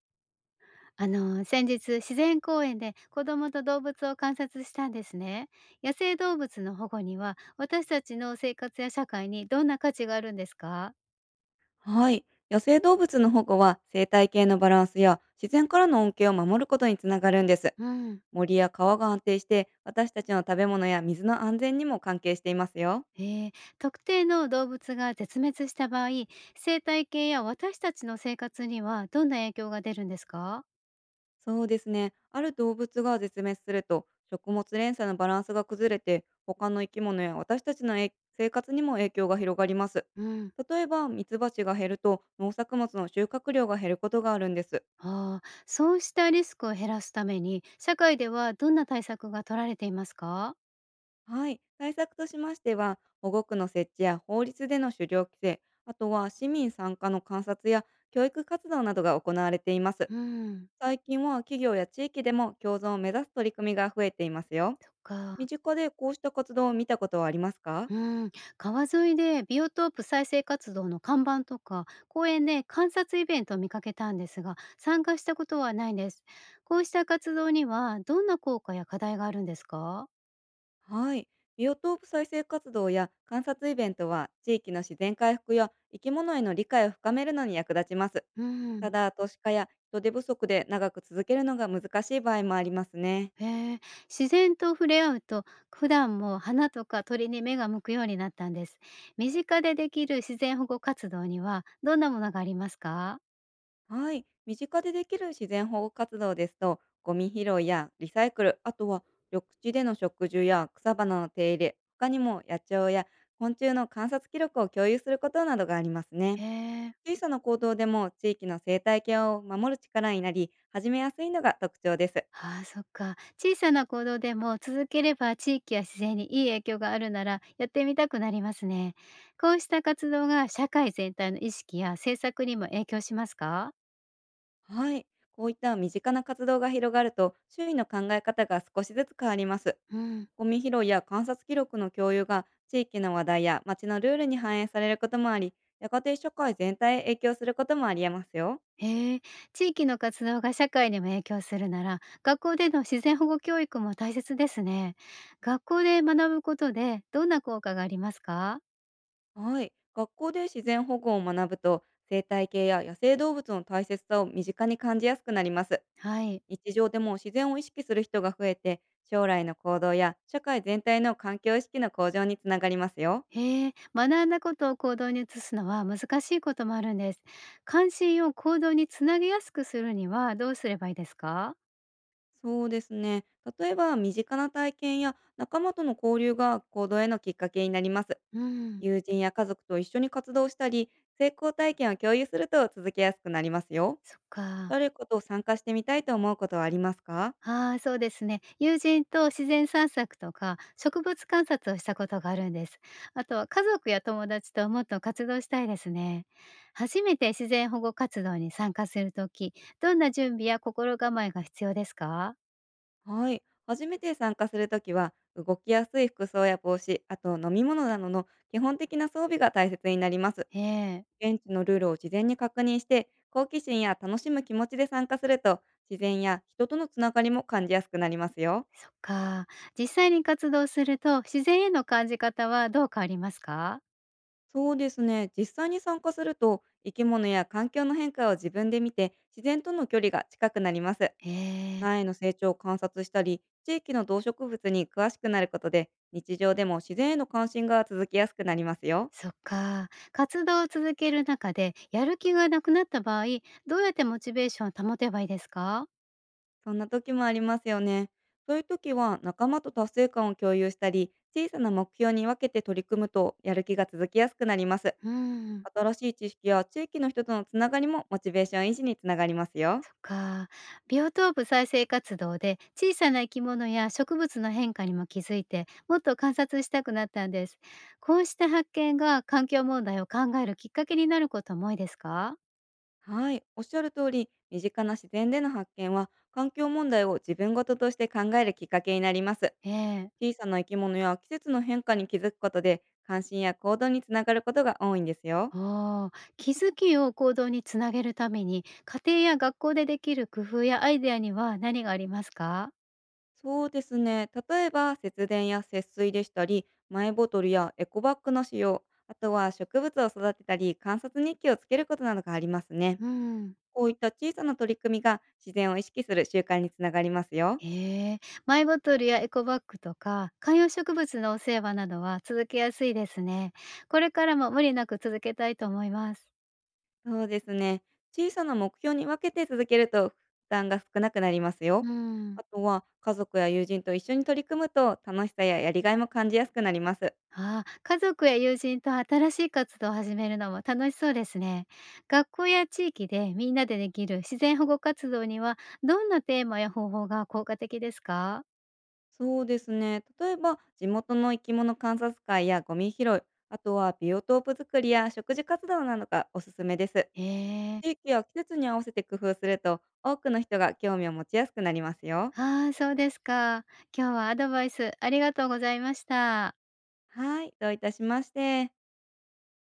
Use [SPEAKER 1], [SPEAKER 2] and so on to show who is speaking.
[SPEAKER 1] 先日、自然公園で子供と動物を観察したんですね。野生動物の保護には私たちの生活や社会にどんな価値があるんですか？
[SPEAKER 2] はい。野生動物の保護は生態系のバランスや自然からの恩恵を守ることにつながるんです。
[SPEAKER 1] うん。
[SPEAKER 2] 森や川が安定して私たちの食べ物や水の安全にも関係していますよ。
[SPEAKER 1] えー、特定の動物が絶滅した場合、生態系や私たちの生活にはどんな影響が出るんですか？
[SPEAKER 2] そうですね。ある動物が絶滅すると食物連鎖のバランスが崩れて他の生き物や私たちの生活にも影響が広がります。
[SPEAKER 1] うん。
[SPEAKER 2] 例えばミツバチが減ると農作物の収穫量が減ることがあるんです。
[SPEAKER 1] ああ、そうしたリスクを減らすために社会ではどんな対策が取られていますか？
[SPEAKER 2] はい、対策としましては保護区の設置や法律での狩猟規制、あとは市民参加の観察や教育活動などが行われています。
[SPEAKER 1] うん。
[SPEAKER 2] 最近は企業や地域でも共存を目指す取り組みが増えていますよ。
[SPEAKER 1] そっ
[SPEAKER 2] 身
[SPEAKER 1] か。
[SPEAKER 2] 近でこうした活動を見たことはありますか？
[SPEAKER 1] うん、川沿いでビオトープ再生活動の看板とか公園で観察イベントを見かけたんですが、参加したことはないんです。こうした活動にはどんな効果や課題があるんですか？
[SPEAKER 2] はい。ビオトープ再生活動や観察イベントは地域の自然回復や生き物への理解を深めるのに役立ちます。
[SPEAKER 1] う
[SPEAKER 2] た
[SPEAKER 1] ん、
[SPEAKER 2] だ都市化や人手不足で長く続けるのが難しい場合もありますね。
[SPEAKER 1] へえ。自然と触れ合うと、普段も花とか鳥に目が向くようになったんです。身近でできる自然保護活動にはどんなものがありますか？
[SPEAKER 2] はい。身近でできる自然保護活動ですと、ゴミ拾いやリサイクル、あとは緑地での植樹や草花の手入れ、他にも野鳥や昆虫の観察記録を共有することなどがありますね。
[SPEAKER 1] へえ。
[SPEAKER 2] 小さな行動でも地域の生態系を守る力になり、始めやすいのが特徴です。
[SPEAKER 1] ああ、そっか。小さな行動でも続ければ地域や自然にいい影響があるならやってみたくなりますね。こうした活動が社会全体の意識や政策にも影響しますか？
[SPEAKER 2] はい。こういった身近な活動が広がると、周囲の考え方が少しずつ変わります。
[SPEAKER 1] うん、
[SPEAKER 2] ゴミ拾いや観察記録の共有が地域の話題や街のルールに反映されることもあり、やがて社会全体へ影響することもありえますよ。
[SPEAKER 1] へえ、地域の活動が社会にも影響するなら学校での自然保護教育も大切ですね。学校で学ぶことでどんな効果がありますか？
[SPEAKER 2] はい。学校で自然保護を学ぶと、生態系や野生動物の大切さを身近に感じやすくなります。
[SPEAKER 1] はい。
[SPEAKER 2] 日常でも自然を意識する人が増えて、将来の行動や社会全体の環境意識の向上につながりますよ。
[SPEAKER 1] へえ、学んだことを行動に移すのは難しいこともあるんです。関心を行動につなげやすくするにはどうすればいいですか？
[SPEAKER 2] そうですね。例えば、身近な体験や仲間との交流が行動へのきっかけになります。
[SPEAKER 1] うん、
[SPEAKER 2] 友人や家族と一緒に活動したり、成功体験を共有すると続けやすくなりますよ。
[SPEAKER 1] そっか。
[SPEAKER 2] 誰かと参加してみたいと思うことはありますか？
[SPEAKER 1] ああ、そうですね。友人と自然散策とか植物観察をしたことがあるんです。あとは家族や友達ともっと活動したいですね。初めて自然保護活動に参加するとき、どんな準備や心構えが必要ですか？
[SPEAKER 2] はい。初めて参加するときは、動きやすい服装や帽子、あと飲み物などの基本的な装備が大切になります。
[SPEAKER 1] ええ。
[SPEAKER 2] 現地のルールを事前に確認して、好奇心や楽しむ気持ちで参加すると、自然や人とのつながりも感じやすくなりますよ。
[SPEAKER 1] そっか。実際に活動すると、自然への感じ方はどう変わりますか？
[SPEAKER 2] そうですね。実際に参加すると、生き物や環境の変化を自分で見て、自然との距離が近くなります。
[SPEAKER 1] ええ、
[SPEAKER 2] 苗の成長を観察したり、地域の動植物に詳しくなることで、日常でも自然への関心が続きやすくなりますよ。
[SPEAKER 1] そっか。活動を続ける中で、やる気がなくなった場合、どうやってモチベーションを保てばいいですか？
[SPEAKER 2] そんな時もありますよね。そういう時は、仲間と達成感を共有したり、小さな目標に分けて取り組むと、やる気が続きやすくなります。
[SPEAKER 1] うーん、
[SPEAKER 2] 新しい知識や地域の人とのつながりも、モチベーション維持につながりますよ。
[SPEAKER 1] そっか。ビオトープ再生活動で、小さな生き物や植物の変化にも気づいて、もっと観察したくなったんです。こうした発見が、環境問題を考えるきっかけになることも多いですか？
[SPEAKER 2] はい、おっしゃる通り、身近な自然での発見は、環境問題を自分ごととして考えるきっかけになります。
[SPEAKER 1] ええ。
[SPEAKER 2] 小さな生き物や季節の変化に気づくことで、関心や行動につながることが多いんですよ。
[SPEAKER 1] ああ、気づきを行動につなげるために、家庭や学校でできる工夫やアイデアには何がありますか？
[SPEAKER 2] そうですね、例えば節電や節水でしたり、マイボトルやエコバッグの使用、あとは植物を育てたり、観察日記をつけることなどがありますね。
[SPEAKER 1] うん、
[SPEAKER 2] こういった小さな取り組みが自然を意識する習慣につながりますよ。
[SPEAKER 1] ええ、マイボトルやエコバッグとか、観葉植物のお世話などは続けやすいですね。これからも無理なく続けたいと思います。
[SPEAKER 2] そうですね。小さな目標に分けて続けると負担が少なくなりますよ。
[SPEAKER 1] う
[SPEAKER 2] あ
[SPEAKER 1] ん、
[SPEAKER 2] とは家族や友人と一緒に取り組むと楽しさややりがいも感じやすくなります。
[SPEAKER 1] ああ、家族や友人と新しい活動を始めるのも楽しそうですね。学校や地域でみんなでできる自然保護活動には、どんなテーマや方法が効果的ですか？
[SPEAKER 2] そうですね。例えば地元の生き物観察会やゴミ拾い、あとはビオトープ作りや食事活動などがおすすめです。
[SPEAKER 1] ええ、
[SPEAKER 2] 地域や季節に合わせて工夫すると多くの人が興味を持ちやすくなりますよ。
[SPEAKER 1] ああ、そうですか。今日はアドバイスありがとうございました。
[SPEAKER 2] はい、どういたしまして。